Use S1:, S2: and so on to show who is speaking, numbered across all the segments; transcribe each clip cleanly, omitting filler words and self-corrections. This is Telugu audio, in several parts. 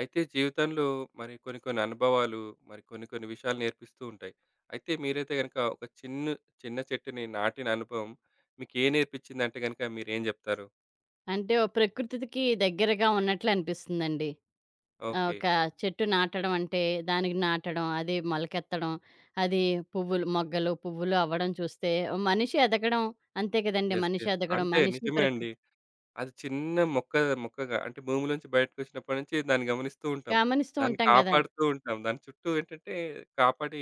S1: అయితే జీవితంలో మరి కొన్ని కొన్ని అనుభవాలు, మరి కొన్ని కొన్ని విషయాలు నేర్పిస్తూ ఉంటాయి. అయితే మీరైతే గనుక ఒక చిన్న చిన్న చెట్టుని నాటిన అనుభవం మీకేం నేర్పించిందంటే గనుక మీరేం జెప్తారు?
S2: అంటే ఓ ప్రకృతికి దగ్గరగా ఉన్నట్లు అనిపిస్తుందండి.
S1: ఓకే.
S2: ఒక చెట్టు నాటడం అంటే దానికి నాటడం, అది మొలకెత్తడం, అది పువ్వులు మొగ్గలు, పువ్వులు అవ్వడం చూస్తే మనిషి ఎదగడం అంతే కదండీ!
S1: యెస్.
S2: మనిషి
S1: యెస్.
S2: ఎదగడం,
S1: అంటే
S2: మనిషి
S1: నిజమే అండి.
S2: ప్రకృతి
S1: అది చిన్న మొక్కగా అంటే భూమిలోంచి బయటకొచ్చినప్పటి నుంచి దాన్ని గమనిస్తూ ఉంటాం.
S2: గమనిస్తూ
S1: దాన్ని
S2: ఉంటాం గదా!
S1: కాపాడుతూ ఉంటాం. దాని చుట్టూ ఏంటంటే కాపాడి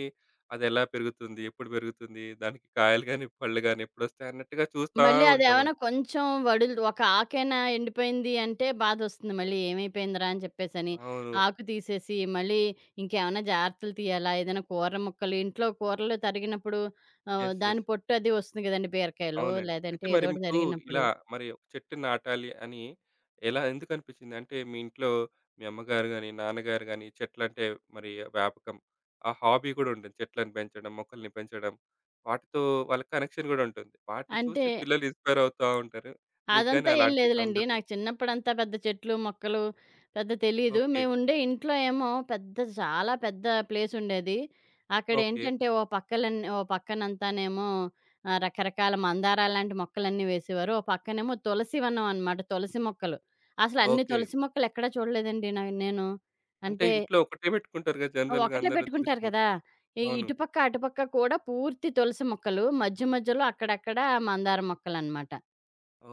S1: అదెలా పెరుగుతుంది? ఎప్పుడు పెరుగుతుంది? దానికి కాయలు గాని, పళ్ళు గాని ఎప్పుడొస్తాయి అన్నట్టుగా చూస్తా
S2: మళ్ళీ
S1: ఉంటాం
S2: అదేమన్నా
S1: మనం.
S2: కొంచెం వడులు ఒక ఆకేనా ఎండిపోయింది అంటే బాధొస్తుంది మళ్ళీ ఏమైపోయిందిరా అని చెప్పేసని.
S1: అవును.
S2: ఆకు తీసేసి మళ్ళీ ఇంకేమన్నా జాగ్రత్తలు తీయాలా? ఏదైనా కూర ముక్కలు ఇంట్లో కూరలు తరిగినప్పుడు
S1: యెస్. యెస్.
S2: దాని పొట్టు అది వస్తుంది గదండీ! బీరకాయలో
S1: అవునండి. అయితే
S2: లేదంటే
S1: మరి
S2: ఏదోటి
S1: మీకు
S2: తరిగినప్పుడు.
S1: ఇలా మరి ఒక చెట్టు నాటాలి అని ఎలా ఎందుకు అనిపించింది? అంటే మీ ఇంట్లో మీ అమ్మగారు గాని, నాన్నగారు గాని చెట్లంటే మరి వ్యాపకం. ఆ హాబీ కూడా ఉంటుంది. చెట్లను పెంచడం, మొక్కల్ని పెంచడం. వాటితో వాళ్ళకి కనెక్షన్ కూడా ఉంటుంది. వాటిని
S2: అంటే
S1: చూసి పిల్లలు ఇన్‌స్పైర్ అవుతా ఉంటారు. మీకు గాని
S2: అదంతా ఏం
S1: అలాంటి
S2: లేదులెండి.
S1: సందర్భం.
S2: నాకు చిన్నప్పుడంతా పెద్ద చెట్లు, మొక్కలు పెద్ద తెలీదు.
S1: ఓకే.
S2: మేముండే ఇంట్లో ఏమో పెద్ద చాలా పెద్ద ప్లేసుండేది.
S1: ఓకే.
S2: అక్కడేంటంటే ఓ పక్కలన్ ఓ పక్కనంతానేమో రకరకాల మందారాలాంటి మొక్కలన్నీ వేసేవారు. ఓ పక్కనేమో తులసివనం అనమాట. తులసి మొక్కలు. అసలన్ని
S1: ఓకే.
S2: తులసి మొక్కలెక్కడా చూడలేదండి నేను.
S1: అంటే
S2: అంటే
S1: ఇంట్లో ఒకటే పెట్టుకుంటారు కదా! జనరల్‌గా
S2: ఒకటే
S1: అందరూ తెలిసిన
S2: పెట్టుకుంటారు కదా!
S1: ముఖం.
S2: ఇ
S1: అవును.
S2: ఇటుపక్క, అటుపక్క కూడా పూర్తి తులసి మొక్కలు. మధ్య మధ్యలో అక్కడక్కడ మందార మొక్కలనమాట.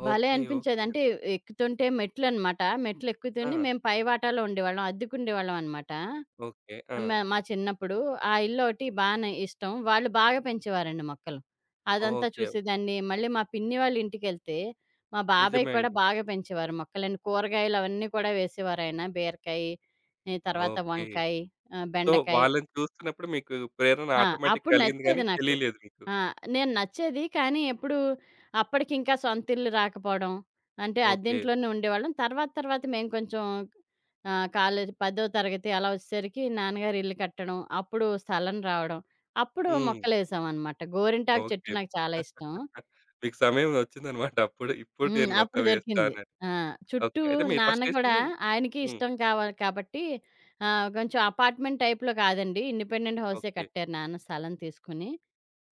S2: భలే
S1: ఓకే.
S2: అనిపించేది.
S1: ఓకే.
S2: అంటే ఎక్కుతుంటే మెట్లనమాట.
S1: ఆ!
S2: మెట్లెక్కుతూనే మేము పై వాటాలో ఉండేవాళ్ళం. అద్దెకుండేవాళ్ళం అనమాట.
S1: ఓకే. ఆ!
S2: మా మా చిన్నప్పుడు. ఆ ఇల్లోటి బానే ఇష్టం. వాళ్ళు బాగా పెంచేవారండి మొక్కలు. అదంతా
S1: ఓకే.
S2: చూసేదాన్ని. మళ్ళీ మా పిన్ని వాళ్ళ ఇంటికెళ్తే, మా బాబాయ్
S1: నిజమే
S2: కూడా
S1: అండి.
S2: బాగా పెంచేవారు మొక్కలని. కూరగాయలు అవన్నీ కూడా వేసేవారాయన. బీరకాయి, ఈ తర్వాత
S1: ఓకే.
S2: వంకాయి,
S1: సో,
S2: బెండకాయ.
S1: వాళ్ళని చూస్తున్నప్పుడు మీకు ప్రేరణ
S2: ఆ,
S1: ఆటోమేటిక్‌గా
S2: అప్పుడు
S1: కలిగింది గానీ
S2: నచ్చేది నాకు.
S1: తెలియలేదు మీకు.
S2: ఆ, నేను నచ్చేది. కానీ ఎప్పుడు అప్పటికింకా సొంతిల్లు రాకపోవడం. అంటే
S1: ఓకే.
S2: అద్దింట్లోనే ఉండేవాళ్ళం. తర్వాత తర్వాత మేము కొంచెం కాలేజ్ 10వ తరగతి అలా వచ్చేసరికి నాన్నగారు ఇల్లు కట్టడం. అప్పుడు స్థలం రావడం. అప్పుడు
S1: హ్మ్.
S2: మొక్కలేసామనమాట. గోరింటాకు చెట్టు
S1: ఓకే.
S2: నాకు చాలా ఇష్టం.
S1: మీకు సమయం వచ్చిందన్నమాట అప్పుడు. ఇప్పుడు
S2: హ్మ్.
S1: నేను మక్క
S2: అప్పుడు
S1: వేస్తా
S2: దొరికింది.
S1: అన్నట్టు.
S2: ఆ!
S1: ఓకే.
S2: చుట్టూ
S1: అయితే మీరు
S2: నాన్న
S1: ఫస్ట్
S2: కూడా
S1: ఏసింది.
S2: ఆయనకి
S1: హ్మ్.
S2: ఇష్టం కావాలి కాబట్టి కొంచెం అపార్ట్‌మెంట్ టైప్‌లో కాదండి. ఇండిపెండెంట్ హౌసే
S1: ఓకే.
S2: కట్టారు నాన్న స్థలం తీసుకుని.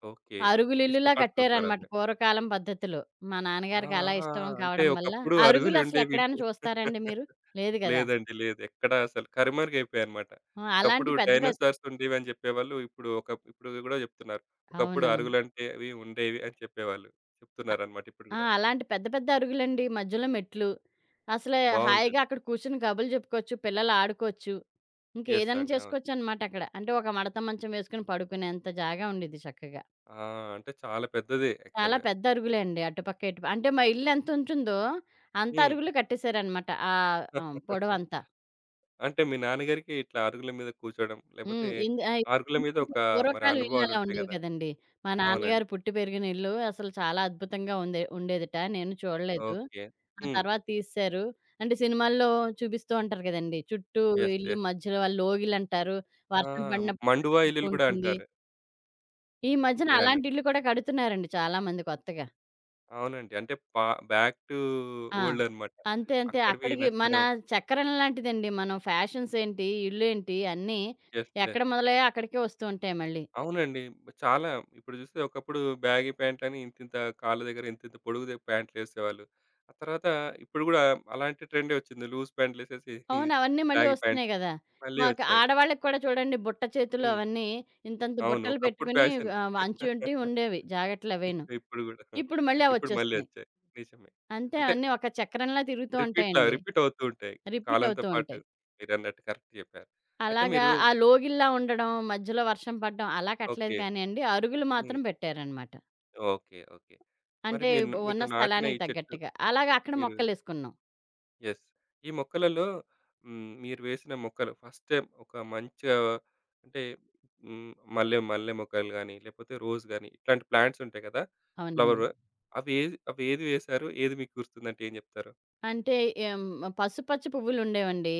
S1: ఓకే.
S2: అరుగులిల్లులా
S1: ఇష్టపడుతుంటారు
S2: కట్టారనమాట
S1: అలాగా.
S2: పూర్వకాలం పద్ధతిలో. మా నాన్నగారికి అలా
S1: ఆహా!
S2: ఇష్టం
S1: అంటే
S2: కావడం వల్ల.
S1: ఒకప్పుడు అరుగులుండేవి.
S2: అరుగులసలెక్కడైనా చూస్తారండి మీరు? లేదు గదా!
S1: లేదండి. లేదు. ఎక్కడ అసలు కనుమరుగైపోయాయన్నమాట.
S2: ఆ!
S1: ఒకప్పుడు
S2: అలాంటి పెద్ద పెద్ద
S1: డైనోసార్స్ ఉండేవి అని జెప్పేవాళ్ళు. ఇప్పుడు గూడా జెప్తున్నారు. ఒకప్పుడు
S2: అవునవును.
S1: అరుగులంటే అవి ఉండేవి అని చెప్పేవాళ్ళు.
S2: అ
S1: చెప్తున్నారన్నమాట ఇప్పుడు
S2: ఆ!
S1: గూడా.
S2: అలాంటి పెద్ద పెద్ద అరుగులండి. మధ్యలో మెట్లు. అసలే హాయిగా
S1: బావుంటుంది.
S2: అక్కడ కూర్చొని కబుర్లు చెప్పుకోవచ్చు. పిల్లలు ఆడుకోవచ్చు.
S1: యెస్
S2: ఇంకేదన్నా
S1: అండి. అవును.
S2: చేసుకోవచ్చనమాట అక్కడ. అంటే ఒక మడత మంచం వేసుకొని పడుకునేంత జాగా ఉండేది చక్కగా.
S1: ఆ! అంటే చాలా పెద్దదే
S2: చాలా
S1: యాక్చువల్‌గా.
S2: పెద్ద అరుగులే అండి. అటుపక్క, ఇటుప అంటే మా ఇల్లు ఎంతుంటుందో అంత
S1: హ్మ్.
S2: అరుగులు కట్టేశారనమాట. హ్మ్. పొడవంతా.
S1: అంటే మీ నాన్నగారికి ఇట్లా అరుగుల మీద కూర్చోవడం, లేపోతే
S2: హ్మ్. ఎందు ఆయి
S1: అరుగుల మీద
S2: ఎందుకంటే
S1: ఒక మరి
S2: పూర్వకాలం ఇళ్ళు అలా
S1: అనుభవాలుంటాయి
S2: ఉండేవి
S1: గదా!
S2: కదండీ. మా నాన్నగారు
S1: అవునండి.
S2: పుట్టి పెరిగిన ఇల్లు అసలు చాలా అద్భుతంగా ఉండే ఉండేదట. నేను చూడలేదు.
S1: ఓకే.
S2: ఆ
S1: హ్మ్.
S2: తర్వాత తీసేశారు. అంటే సినిమాల్లో చూపిస్తూ ఉంటారు కదండీ. చుట్టూ
S1: యెస్.
S2: ఇల్లు
S1: యెస్.
S2: మధ్యలో వాళ్ళు లోగిలంటారు.
S1: ఆ!
S2: వర్షం పడినప్పుడు అక్కడ
S1: మండువా
S2: పడుతూ
S1: ఇల్లులు గూడా
S2: ఉంటుంది.
S1: అంటారు
S2: ఈ మధ్యన అలాంటి
S1: మీరన్నట్టు.
S2: ఇళ్ళు కూడా కడుతున్నారండి చాలా మంది కొత్తగా.
S1: అవునండి. అంటే పా బ్యాక్ టు
S2: ఆ!
S1: ఓల్డ్ అనమాట.
S2: అంతే అంతే.
S1: అక్కడివి
S2: అక్కడికి మన
S1: నచ్చడం.
S2: చక్రం లాంటిదండి. మనం ఫ్యాషన్స్ ఏంటి, ఇల్లేంటి అన్నీ
S1: యెస్.
S2: ఎక్కడ
S1: యెస్.
S2: మొదలయ్యాయో అక్కడికే వస్తూ ఉంటాయి మళ్ళీ.
S1: అవునండి. చాలా ఇప్పుడు చూస్తే ఒకప్పుడు బ్యాగీ ప్యాంట్లని ఇంతింత కాళ్ళ దగ్గర ఇంతింత పొడుగు ద ప్యాంట్లేసేవాళ్ళు. ఆ తర్వాత ఇప్పుడు గూడా అలాంటి ట్రెండే వచ్చింది. లూజ్ ప్యాంట్లేసేసి
S2: అవును. అవన్నీ మళ్ళీ
S1: బ్యాగీ ప్యాంట్
S2: వస్తున్నాయి గదా!
S1: మళ్ళీ
S2: మాకు
S1: వచ్చాయి.
S2: ఆడవాళ్ళకి కూడా చూడండి బుట్ట చేతులు
S1: హ్మ్.
S2: అవన్నీ ఇంతంత
S1: అవును.
S2: బుట్టలు
S1: ఒకప్పుడు
S2: పెట్టుకుని
S1: ఫ్యాషన్.
S2: అంచుంటి ఉండేవి జాకెట్లవేను.
S1: ఇప్పుడు గూడా.
S2: ఇప్పుడు మళ్ళీ
S1: ఇప్పుడు మళ్ళీ
S2: అవొచ్చేస్తున్నాయి.
S1: వచ్చాయి. నిజమే.
S2: అంతే
S1: అంటే
S2: అవన్నీ ఒక చక్రంలా తిరుగుతూ
S1: రిపీట్‌లా
S2: ఉంటాయండి.
S1: రిపీట్ అవుతూ ఉంటాయి.
S2: రిపీట్
S1: కాలంతో
S2: అవుతూ
S1: పాటు
S2: ఉంటాయి.
S1: మీరన్నట్టు కరెక్ట్ చెప్పారు. అయితే
S2: అలాగా
S1: మీరు
S2: ఆ లోగిల్లా ఉండడం, మధ్యలో వర్షం పడడం అలా
S1: ఓకే.
S2: కట్టలేదు కానియండి. అరుగులు
S1: హ్మ్.
S2: మాత్రం పెట్టారనమాట.
S1: ఓకే. ఓకే. మరి
S2: అంటే
S1: మీరు
S2: ఉన్న
S1: మీరు నాటిన
S2: స్థలానికి
S1: ఈ చెట్టు
S2: తగ్గట్టుగా. అలాగా అక్కడ
S1: మీరు
S2: మొక్కలేసుకున్నాం.
S1: యెస్. ఈ మొక్కలలో హ్మ్. మీరు వేసిన మొక్కలు ఫస్ట్ టైమ్ ఒక మంచిగా అంటే హ్మ్. మల్లె మల్లె మొక్కలు గాని, లేకపోతే రోజ్ గాని ఇట్లాంటి ప్లాంట్స్ ఉంటాయి కదా! ఫ్లవర్
S2: అవునండి.
S1: అవి ఏది వేశారు? ఏది మీకు గుర్తుందంటే ఏం చెప్తారు?
S2: అంటే ఏం పసుపచ్చ పువ్వులుండేవండి.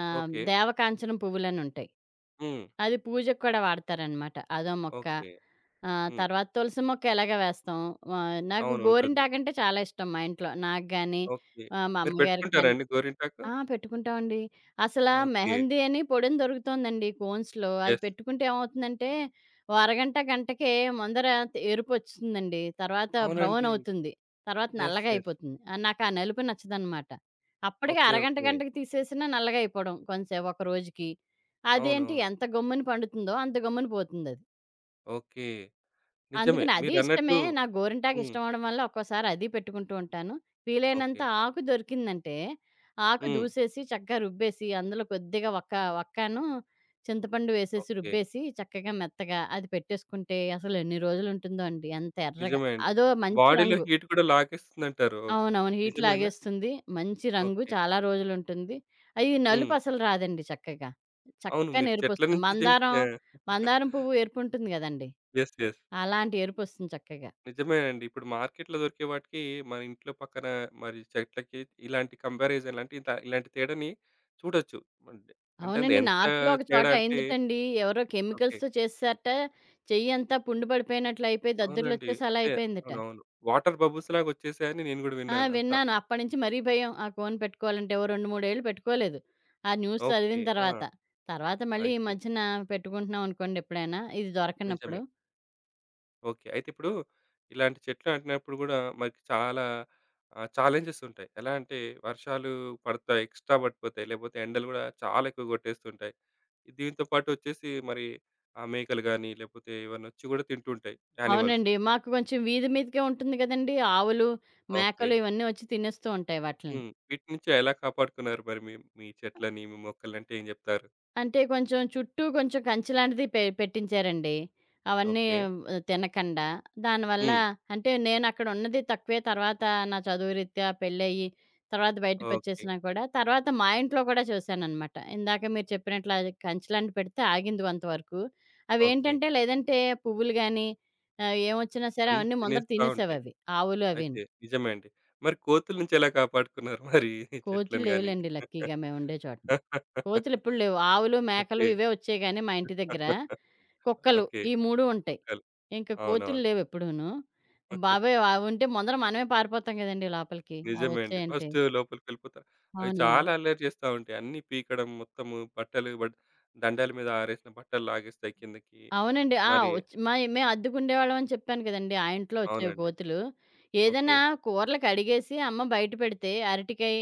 S1: ఓకే.
S2: దేవకాంచనం పువ్వులనుంటాయి.
S1: హ్మ్.
S2: అది పూజకు కూడా వాడతారనమాట. అదో మొక్క.
S1: ఓకే. హ్మ్.
S2: తర్వాత తులసి మొక్క ఎలాగో వేస్తాం. నాకు
S1: అవును. ఉంటుంది.
S2: గోరింటాకంటే చాలా ఇష్టం మా ఇంట్లో. నాకు గాని,
S1: ఓకే.
S2: మా
S1: మీరు
S2: అమ్మగారికి
S1: పెట్టుకుంటారా
S2: గాని
S1: అండి గోరింటాకు?
S2: ఆ! పెట్టుకుంటామండి. అసలా
S1: ఓకే.
S2: మెహందీ అని పొడిని దొరుకుతోందండి కోన్స్‌లో. అది
S1: యెస్.
S2: పెట్టుకుంటే ఏమవుతుందంటే, ఓ అరగంట, గంటకే ముందర త ఎరుపొచ్చేస్తుందండి. తర్వాత బ్రౌన్
S1: అవునండి.
S2: అవుతుంది. తర్వాత
S1: యెస్.
S2: నల్లగా
S1: యెస్.
S2: అయిపోతుంది. నాకు ఆ నలుపు నచ్చదనమాట. అప్పటికి
S1: ఓకే.
S2: అరగంట,
S1: ఓకే.
S2: గంటకి తీసేసినా నల్లగా అయిపోవడం కొంచెం ఒక రోజుకి. అదేంటి
S1: అవునవును.
S2: ఎంత గమ్మున పండుతుందో అంత గమ్మున పోతుందది.
S1: ఓకే. నిజమే.
S2: అందుకని అది ఇష్టమే.
S1: మీరన్నట్టు
S2: నాకు గోరింటాకు
S1: హ్మ్.
S2: ఇష్టం అవ్వడం వల్ల ఒక్కోసారి అది పెట్టుకుంటూ ఉంటాను.
S1: ఓకే.
S2: వీలైనంత ఆకు దొరికిందంటే, ఆకు
S1: హ్మ్.
S2: దూసేసి చక్కగా రుబ్బేసి, అందులో కొద్దిగా ఒక్క ఒక్కాను చింతపండు వేసేసి
S1: ఓకే.
S2: రుబ్బేసి, చక్కగా మెత్తగా అది పెట్టేసుకుంటే అసలు ఎన్ని రోజులుంటుందో అండి. అంత ఎర్రగా.
S1: నిజమే అండి.
S2: అదో మంచి
S1: బాడీలో
S2: రంగు.
S1: హీట్ కూడా లాగేస్తుందంటారు.
S2: అవునవును. హీట్
S1: నిజమేనా?
S2: లాగేస్తుంది. మంచి రంగు
S1: ఓకే.
S2: చాలా రోజులుంటుంది. అయి నలుపు
S1: హ్మ్.
S2: అసలు రాదండి చక్కగా.
S1: అవును.
S2: చక్కని
S1: మీరు చెట్ల
S2: ఎరుపొస్తుంది.
S1: నుంచి
S2: మందారం,
S1: చేస్తే
S2: మందారం పువ్వు ఎరుపుంటుంది గదండీ!
S1: యెస్. యెస్.
S2: అలాంటి ఎరుపొస్తుంది చక్కగా.
S1: నిజమేనండి. ఇప్పుడు మార్కెట్‌లో దొరికే వాటికి మన ఇంట్లో పక్కన మరి చెట్లకి ఇలాంటి కంపారిజన్ లాంటి ఇంత ఇలాంటి తేడాని చూడొచ్చు. అంటే అంటే అది
S2: అవునండి.
S1: ఎంత
S2: నార్త్‌లో ఒక చోట
S1: తేడా అంటే
S2: అయిందిటండి. ఎవరో
S1: ఓకే.
S2: కెమికల్స్‌తో చేసేసారట. చెయ్యంతా పుండు పడిపోయినట్లయిపోయి
S1: అవునండి.
S2: దద్దుర్లొచ్చేసి అలా
S1: అంటే
S2: అయిపోయిందట.
S1: అవునవును. వాటర్ బబుల్స్‌లాగా వచ్చేసాయని నేను గూడా
S2: ఆ!
S1: విన్నాను అంతా.
S2: విన్నాను. అప్పటినుంచి మరీ భయం. ఆ కోన్ పెట్టుకోవాలంటే ఓ 2, 3 ఏళ్ళు పెట్టుకోలేదు. ఆ న్యూస్
S1: ఓకే.
S2: చదివిన
S1: ఆ!
S2: తర్వాత. తర్వాత మళ్ళీ ఈ
S1: అయితే
S2: మధ్యన పెట్టుకుంటున్నాం అనుకోండి ఎప్పుడైనా, ఇది
S1: నిజమే.
S2: దొరకనప్పుడు.
S1: ఓకే. అయితే ఇప్పుడు ఇలాంటి చెట్లు నాటినప్పుడు గూడా మనకి చాలా ఛాలెంజెస్ ఉంటాయి. ఎలా అంటే వర్షాలు పడతాయి, ఎక్స్‌ట్రా పడిపోతాయి. లేకపోతే ఎండలు గూడా చాలా ఎక్కువ కొట్టేస్తుంటాయి. దీంతో పాటు వచ్చేసి మరి ఆ మేకలు గాని, లేకపోతే ఇవన్నీ వచ్చి గూడా తింటుంటాయి యానిమల్స్.
S2: అవునండి. మాకు కొంచెం వీధి మీదకే ఉంటుంది గదండీ! ఆవులు,
S1: ఓకే.
S2: మేకలు ఇవన్నీ వచ్చి తినేస్తూ ఉంటాయి వాటిల్ని.
S1: హ్మ్. వీటి నుంచి ఎలా కాపాడుకున్నారు మరి మీ మీ చెట్లని, మీ మొక్కలని అంటే ఏం జెప్తారు?
S2: అంటే కొంచెం చుట్టూ కొంచెం కంచె లాంటిది పెట్టించారండి. అవన్నీ
S1: ఓకే.
S2: తినకండా. దానివల్ల
S1: హ్మ్.
S2: అంటే నేనక్కడ ఉన్నది తక్కువే. తర్వాత నా చదువు రీత్యా పెళ్లయ్యి తర్వాత
S1: ఓకే.
S2: బయటకొచ్చేసినా కూడా, తర్వాత మా ఇంట్లో కూడా చూశాననమాట. ఇందాక మీరు చెప్పినట్లు అది కంచెలాంటిది పెడితే ఆగింది కొంతవరకు.
S1: ఓకే.
S2: అవేంటంటే లేదంటే పువ్వులు గానీ ఏమొచ్చినా సరే
S1: అన్నీ
S2: అవన్నీ ముందర
S1: తినేస్తా ఉంటాయి.
S2: తినేసేవవి. ఆవులు అవిను.
S1: అయితే నిజమే అండి. మరి కోతుల నుంచి ఎలా కాపాడుకున్నారు మరి ఈ
S2: కోతులు
S1: చెట్లను గాని?
S2: లేవులెండి లక్కీగా మేముండే చోటన. కోతులిప్పుడు లేవు. ఆవులు, మేకలు
S1: ఓకే.
S2: ఇవే వచ్చేయి గానీ మా ఇంటి దగ్గర. కుక్కలు.
S1: ఓకే.
S2: ఈ 3 ఉంటాయి.
S1: కుక్కలు.
S2: ఇంక కోతులు
S1: అవునవును.
S2: లేవెప్పుడూను. బాబోయ్! అవుంటే ముందర మనమే పారిపోతాం గదండీ లోపలికి.
S1: నిజమే అండి.
S2: అవొచ్చాయంటే.
S1: ఫస్ట్ లోపలికెళ్ళిపోతారు. అవి
S2: అవునవును.
S1: చాలా అల్లరి చేస్తా ఉంటాయి. అన్నీ పీకడం మొత్తము బట్టలు బట్ దండాల మీద ఆరేసిన బట్టలు లాగేస్తాయి కిందకి.
S2: అవునండి. ఆ!
S1: మరి
S2: ఒచ్ మయి మేము అద్దెకుండేవాళ్ళం అని చెప్పాను కదండీ! ఆ ఇంట్లో వచ్చేవి
S1: అవునండి.
S2: కోతులు.
S1: ఓకే.
S2: ఏదైనా కూరలు కడిగేసి అమ్మ బయట పెడితే అరటికాయ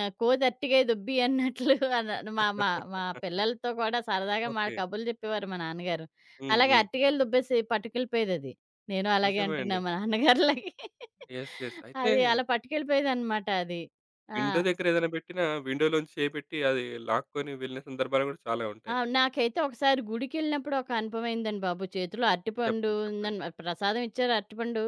S2: కోతి అరటికాయ దొబ్బి అన్నట్లు అన మా మా మా పిల్లలతో కూడా సరదాగా మా
S1: ఓకే.
S2: కబుర్లు చెప్పేవారు మా నాన్నగారు.
S1: హ్మ్.
S2: అలాగే
S1: హ్మ్.
S2: అరటికాయలు దుబ్బేసి పట్టుకెళ్ళిపోయేదది. నేను అలాగే
S1: నిజమే
S2: అంటున్నా
S1: అండి.
S2: మా నాన్నగారిలాగే.
S1: యెస్. యెస్. అయితే
S2: అది అలా పట్టుకెళ్ళిపోయేదనమాట అది. ఆ!
S1: విండో దగ్గర ఏదైనా పెట్టినా విండోలోంచి చేయి పెట్టి అది లాక్కొని వెళ్ళిన సందర్భాలు కూడా చాలా
S2: ఆ!
S1: ఉంటాయి.
S2: నాకైతే ఒకసారి గుడికెళ్ళినప్పుడు ఒక అనుభవం అయిందండి బాబు. చేతిలో అరటిపండు
S1: చెప్పండి.
S2: ఉందని
S1: చెప్పండి.
S2: మరి ప్రసాదం ఇచ్చారు అరటిపండు.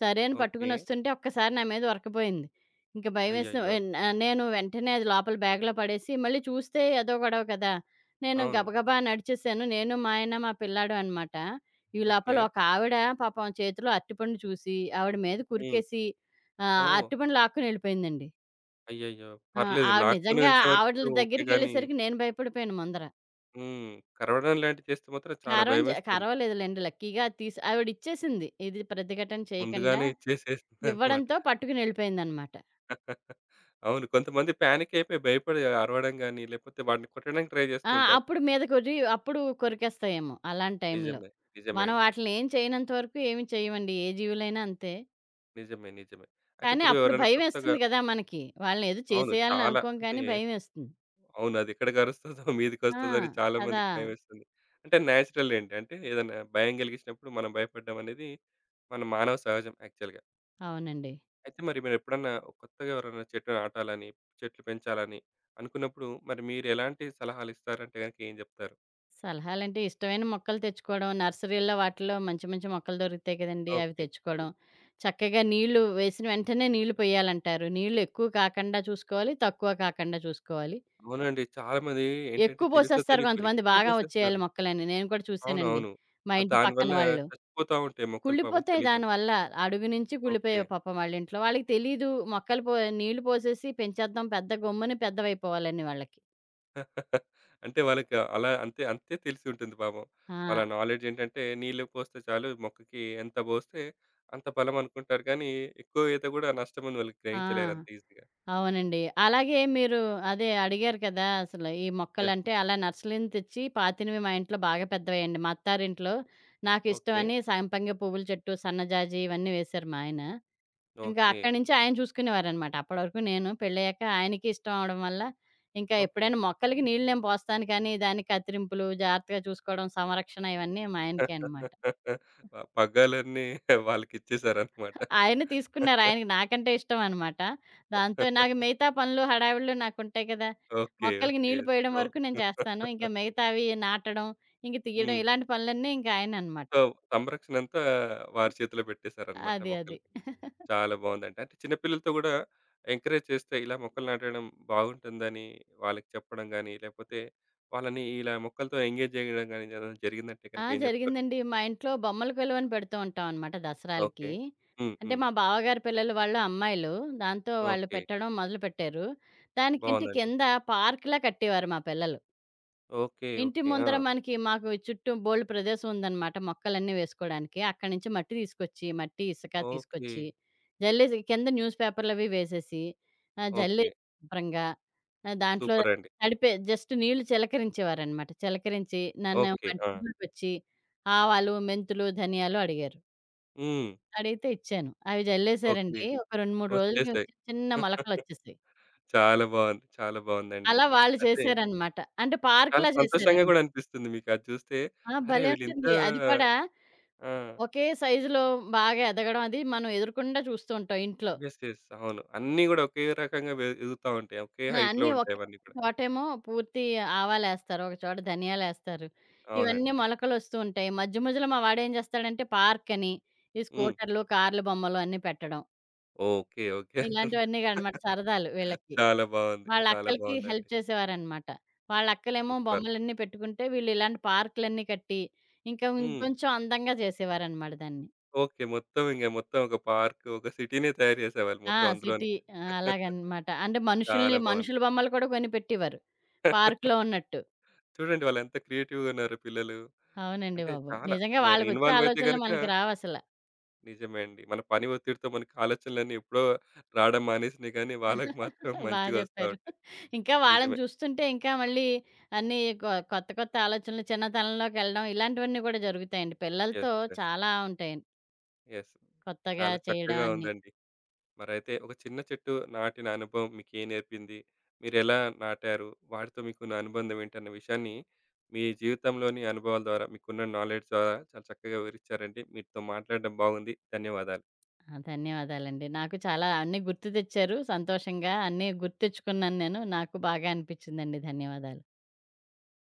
S2: సరే అని
S1: ఓకే.
S2: పట్టుకొనొస్తుంటే ఒక్కసారి నా మీద ఒరకపోయింది. ఇంక భయమేసి
S1: అయ్యయ్యో!
S2: ఎన్ నేను వెంటనే అది లోపల బ్యాగ్‌లో పడేసి మళ్ళీ చూస్తే అదో గొడవ కదా! నేను
S1: అవును.
S2: గబగబా నడిచేసాను. నేను, మా ఆయన, మా పిల్లాడు అనమాట. ఈ లోపల
S1: ఓకే.
S2: ఒక ఆవిడ పాపం చేతిలో అరటిపండు చూసి ఆవిడ మీద
S1: హ్మ్.
S2: కురికేసి
S1: ఓహ్!
S2: అరటిపండు లాక్కుని ఎళ్ళిపోయిందండి.
S1: అయ్యయ్యో!
S2: ఆ!
S1: పర్లేదు
S2: ఆవిడ
S1: లాక్కొని
S2: నిజంగా
S1: వెళ్తే
S2: ఆవిడల
S1: వరకు ఓకే గాని,
S2: దగ్గరికెళ్ళేసరికి నేను భయపడిపోయాను ముందర.
S1: హ్మ్. కరవడం లాంటివి చేస్తే మాత్రం చాలా
S2: కరవం జ
S1: భయమేస్తుంటది.
S2: కరవలేదులెండి లక్కీగా తీసి ఆవిడిచ్చేసింది. ఇది ప్రతిఘటన చేయకండా
S1: ముందుగానే ఇచ్చేసేసిందనమాట.
S2: ఇవ్వడంతో పట్టుకొనెళ్ళిపోయిందనమాట.
S1: అవును. కొంతమంది పానిక్ అయిపోయి భయపడి అరవడం గాని, లేకపోతే వాడిని కొట్టడానికి ట్రై చేస్తూ
S2: ఆ!
S1: ఉంటారు.
S2: అప్పుడు మీదకొర్రి అప్పుడు కొరికేస్తాయేమో అలాంటి టైంలో.
S1: నిజమే. నిజమే
S2: మనం
S1: అండి.
S2: వాటిలిని ఏం చేయనంత వరకు ఏమి చెయ్యమండి. ఏ జీవులైనా అంతే.
S1: నిజమే. నిజమే. అయితే
S2: కానీ
S1: ఇప్పుడు
S2: అప్పుడు
S1: ఎవరైనా కొత్తగా
S2: భయవేస్తుంది గదా మనకి. వాళ్ళనేదో
S1: అవును.
S2: చేసేయాలని
S1: చాలా
S2: అనుకోం
S1: అంటే
S2: కానీ భయవేస్తుంది.
S1: అవును. అది ఎక్కడికి అరుస్తదో,
S2: ఆ!
S1: మీదికొస్తదో అని చాలా
S2: కదా!
S1: మందికి భయమేస్తుంది. అంటే నేచురల్ ఏంటి అంటే ఏదైనా భయం కలిగించినప్పుడు మనం భయపడడం అనేది మన మానవ సహజం యాక్చువల్‌గా.
S2: అవునండి.
S1: అయితే మరి మీరెప్పుడన్నా కొత్తగా ఎవరైనా చెట్టు నాటాలని, చెట్లు పెంచాలని అనుకున్నప్పుడు మరి మీరు ఎలాంటి సలహాలు ఇస్తారంటే గనుక ఏం చెప్తారు?
S2: సలహాలంటే ఇష్టమైన మొక్కలు తెచ్చుకోవడం. నర్సరీల్లో వాటిల్లో మంచి మంచి మొక్కలు దొరుకుతాయి కదండీ! అవి
S1: ఓకే. హ్మ్.
S2: తెచ్చుకోవడం. చక్కగా నీళ్లు వేసిన వెంటనే నీళ్లు పొయ్యాలంటారు. నీళ్లు ఎక్కువ కాకుండా చూసుకోవాలి. తక్కువ కాకుండా చూసుకోవాలి.
S1: అవునండి. చాలామంది ఏంటంటే
S2: ఎక్కువ
S1: తెలుసో
S2: పోసేస్తారు
S1: తెలియకో
S2: కొంతమంది
S1: ఎక్కువ
S2: బాగా వచ్చేయాలి
S1: పోసేస్తారు.
S2: మొక్కలని. నేను కూడా చూసానండి.
S1: అవునవును.
S2: మా ఇంటి పక్కన
S1: దానివల్ల
S2: వాళ్ళు.
S1: చచ్చిపోతా ఉంటాయి మొక్కలు పాపం
S2: కుళ్ళిపోతాయి
S1: తెలియకుండా.
S2: దానివల్ల. అడుగు నుంచి
S1: ఓకే.
S2: కుళ్ళిపోయావు పాపం వాళ్ళ ఇంట్లో. వాళ్ళకి తెలీదు. మొక్కలు పో నీళ్లు పోసేసి పెంచేద్దాం పెద్ద గమ్మున పెద్దవైపోవాలని వాళ్ళకి.
S1: అంటే వాళ్ళకి అలా అంతే అంతే తెలిసి ఉంటుంది పాపం. వాళ్ళ
S2: ఆ!
S1: నాలెడ్జ్ ఏంటంటే నీళ్ళు పోస్తే చాలు మొక్కకి ఎంత పోస్తే అంత బలం అనుకుంటారు కానీ ఎక్కువ ఈత కూడా నష్టమని వాళ్ళు
S2: ఆ!
S1: గ్రహించలేరు అంత ఈజీగా.
S2: అవునండి. అలాగే మీరు అదే అడిగారు కదా! అసలు ఈ
S1: యెస్.
S2: మొక్కలంటే అలా నర్సరీని తెచ్చి పాతినవి మా ఇంట్లో బాగా పెద్దవయ్యండి. మా అత్తారింట్లో
S1: ఓకే.
S2: నాకిష్టమని సంపంగి పువ్వుల చెట్టు, సన్నజాజి ఇవన్నీ వేశారు మా ఆయన. ఇంకా
S1: ఓకే.
S2: అక్కడి నుంచి ఆయన చూసుకునేవారనమాట. అప్పటి వరకు నేను పెళ్ళయ్యాక ఆయనకి ఇష్టం అవ్వడం వల్ల ఇంకా
S1: ఓకే.
S2: ఎప్పుడైనా మొక్కలకి నీళ్ళు నేను పోస్తాను కానీ దానికి కత్తిరింపులు, జాగ్రత్తగా చూసుకోవడం, సంరక్షణ ఇవన్నీ మా ఆయనకే అనమాట.
S1: ఆ పగ్గాలన్నీ వాళ్ళకిచ్చేసారన్నమాట.
S2: ఆయన తీసుకున్నారు. ఆయనకి నాకంటే ఇష్టమనమాట. దాంతో నాకు మిగతా పనులు హడావిడిలో నాకుంటాయి కదా!
S1: ఓకే.
S2: మొక్కలకి
S1: ఓకే.
S2: నీళ్లు పోయడం
S1: సో
S2: వరకు నేను చేస్తాను. ఇంకా మిగతావి నాటడం, ఇంక తీయడం
S1: హ్మ్.
S2: ఇలాంటి పనులన్నీ ఇంక ఆయననమాట.
S1: సో, సంరక్షణంతా వారి చేతిలో పెట్టేసారన్నమాట
S2: అది.
S1: మొక్కలకి. చాలా బాగుందండి. అంటే చిన్న పిల్లలతో గూడా ఎంకరేజ్ చేస్తే ఇలా మొక్కలు నాటడం బాగుంటుందని వాళ్ళకి చెప్పడం గాని, లేపోతే వాళ్ళని ఇలా మొక్కలతో ఎంగేజ్ జేయడం గాని ఏదైనా జరిగిందంటే
S2: ఆ!
S1: గనక ఏం జెప్తారు?
S2: జరిగిందండి. మా ఇంట్లో బొమ్మల కొలువని పెడుతూ ఉంటాం అనమాట
S1: ఓకే.
S2: దసరాలకి.
S1: హ్మ్.
S2: అంటే
S1: హ్మ్.
S2: మా బావగారి పిల్లలు వాళ్ళు అమ్మాయిలు. దాంతో వాళ్ళు
S1: ఓకే.
S2: పెట్టడం మొదలుపెట్టారు. దానికంటే
S1: బావుందండి.
S2: కింద పార్క్‌లా కట్టేవారు మా పిల్లలు.
S1: ఓకే.
S2: ఇంటి
S1: ఓకే. ఆ!
S2: ముందర మనకి మాకు చుట్టూ బోల్డు ప్రదేశం ఉందనమాట మొక్కలన్నీ వేసుకోవడానికి. అక్కడి నుంచి మట్టి తీసుకొచ్చి, మట్టి, ఇసుక
S1: ఓకే.
S2: తీసుకొచ్చి, జల్లేసి కింద న్యూస్ పేపర్‌లవి వేసేసి,
S1: ఓకే.
S2: జల్లేసి శుభ్రంగా దాంట్లో
S1: సూపరండి.
S2: తడిపే జస్ట్ నీళ్లు చిలకరించేవారనమాట. చిలకరించి నన్ను
S1: ఓకే. ఆ!
S2: వంటింట్లోకొచ్చి ఆవాలు, మెంతులు, ధనియాలు అడిగారు.
S1: హ్మ్.
S2: అడిగితే ఇచ్చాను. అవి
S1: ఓకే.
S2: జల్లేసారండి. ఒక 2, 3 రోజులకి
S1: వచ్చేసాయి.
S2: వచ్చి చిన్న మొలకలొచ్చేసాయి.
S1: చాలా బావుంది. చాలా బావుందండి.
S2: అలా వాళ్ళు
S1: అయితే
S2: చేశారనమాట. అంటే
S1: చాలా
S2: పార్క్‌లా
S1: సంతోషంగా
S2: చేశారనమాట.
S1: గూడా అనిపిస్తుంది మీకు అది చూస్తే.
S2: ఆ!
S1: అరే!
S2: భలే
S1: వీళ్ళింత
S2: ఉంటుంది. అది కూడా
S1: ఆ!
S2: ఒకే సైజులో బాగా ఎదగడం అది మనం ఎదురుకుండా చూస్తూ ఉంటాం ఇంట్లో.
S1: యెస్. యెస్. అవును. అన్నీ గూడా ఒకే రకంగా వె ఎగుతా ఉంటాయి. ఒకే
S2: ఆ!
S1: హైట్‌లో
S2: అన్నీ
S1: ఉంటాయి
S2: ఒకే
S1: అవన్నీ కూడా.
S2: చోటేమో పూర్తి ఆవాలేస్తారు. ఒక చోట ధనియాలేస్తారు. ఇవన్నీ
S1: అవునండి.
S2: అవును. మొలకలొస్తూ ఉంటాయి. మధ్య మధ్యలో మా వాడేం చేస్తాడంటే పార్క్ అని, ఈ
S1: హ్మ్.
S2: స్కూటర్లు, కార్లు బొమ్మలు అన్నీ పెట్టడం.
S1: ఓకే. ఓకే.
S2: ఇలాంటివన్నీ అన్నమాట సరదాలు వీళ్ళకి.
S1: చాలా బావుంది.
S2: వాళ్ళ
S1: చాలా
S2: అక్కలకి హెల్ప్
S1: బావుందండి.
S2: చేసేవారన్నమాట. వాళ్ళ అక్కలేమో
S1: సూపర్.
S2: బొమ్మలన్నీ పెట్టుకుంటే వీళ్ళు ఇలాంటి పార్కులన్నీ కట్టి ఇంకా
S1: హ్మ్.
S2: ఇంకొంచెం అందంగా చేసేవారన్నమాట దాన్ని.
S1: ఓకే. మొత్తం ఇంగ మొత్తం ఒక పార్క్, ఒక సిటీనే తయారు చేసేవాళ్ళు
S2: ఆ!
S1: మొత్తం అందులోనే.
S2: సిటీ. ఆ! అలాగనమాట. అంటే మనుషుల్ని
S1: చాలా బావుంది.
S2: మనుషుల బొమ్మలు కూడా కొని పెట్టేవారు. పార్క్‌లో ఉన్నట్టు.
S1: చూడండి వాళ్ళెంత క్రియేటివ్‌గా ఉన్నారో పిల్లలు.
S2: అవునండి
S1: అంటే
S2: బాబు.
S1: చాలా
S2: నిజంగా
S1: మరి
S2: వాళ్ళకొచ్చే
S1: ఇన్వాల్వ్ అయితే
S2: ఆలోచనలు
S1: గనుక
S2: మనకి రావసల.
S1: నిజమే అండి. మన పని ఒత్తిడితో మనకి ఆలోచనలన్నీ ఎప్పుడో రావడం మానేసినయి గానీ వాళ్ళకి మాత్రం
S2: బా
S1: మంచిగా వస్తా
S2: జెప్పారు.
S1: ఉంటాయి.
S2: ఇంకా వాళ్ళని
S1: నిజమే.
S2: చూస్తుంటే ఇంకా మళ్ళీ అన్నీ కొ కొత్త కొత్త ఆలోచనలు చిన్నతనంలోకెళ్ళడం ఇలాంటివన్నీ కూడా జరుగుతాయండి. పిల్లలతో
S1: యెస్. యెస్.
S2: చాలా ఉంటాయి.
S1: యెస్.
S2: కొత్తగా
S1: చాలా
S2: చేయడం
S1: చక్కగా
S2: అన్నీ.
S1: ఉందండి. మరైతే ఒక చిన్న చెట్టు నాటిన అనుభవం మీకేం నేర్పింది? మీరెలా నాటారు? వాటితో మీకున్న అనుబంధం ఏంటన్న విషయాన్ని మీ జీవితంలోని అనుభవాల ద్వారా మీకున్న నాలెడ్జ్ ద్వారా చాలా చక్కగా వివరిచ్చారండి. మీతో మాట్లాడడం బాగుంది. ధన్యవాదాలు.
S2: ఆ! ధన్యవాదాలండి. నాకు చాలా అన్నీ గుర్తు తెచ్చారు. సంతోషంగా అన్నీ గుర్తెచ్చుకున్నాను నేను. నాకు బాగా అనిపిచ్చిందండి. ధన్యవాదాలు.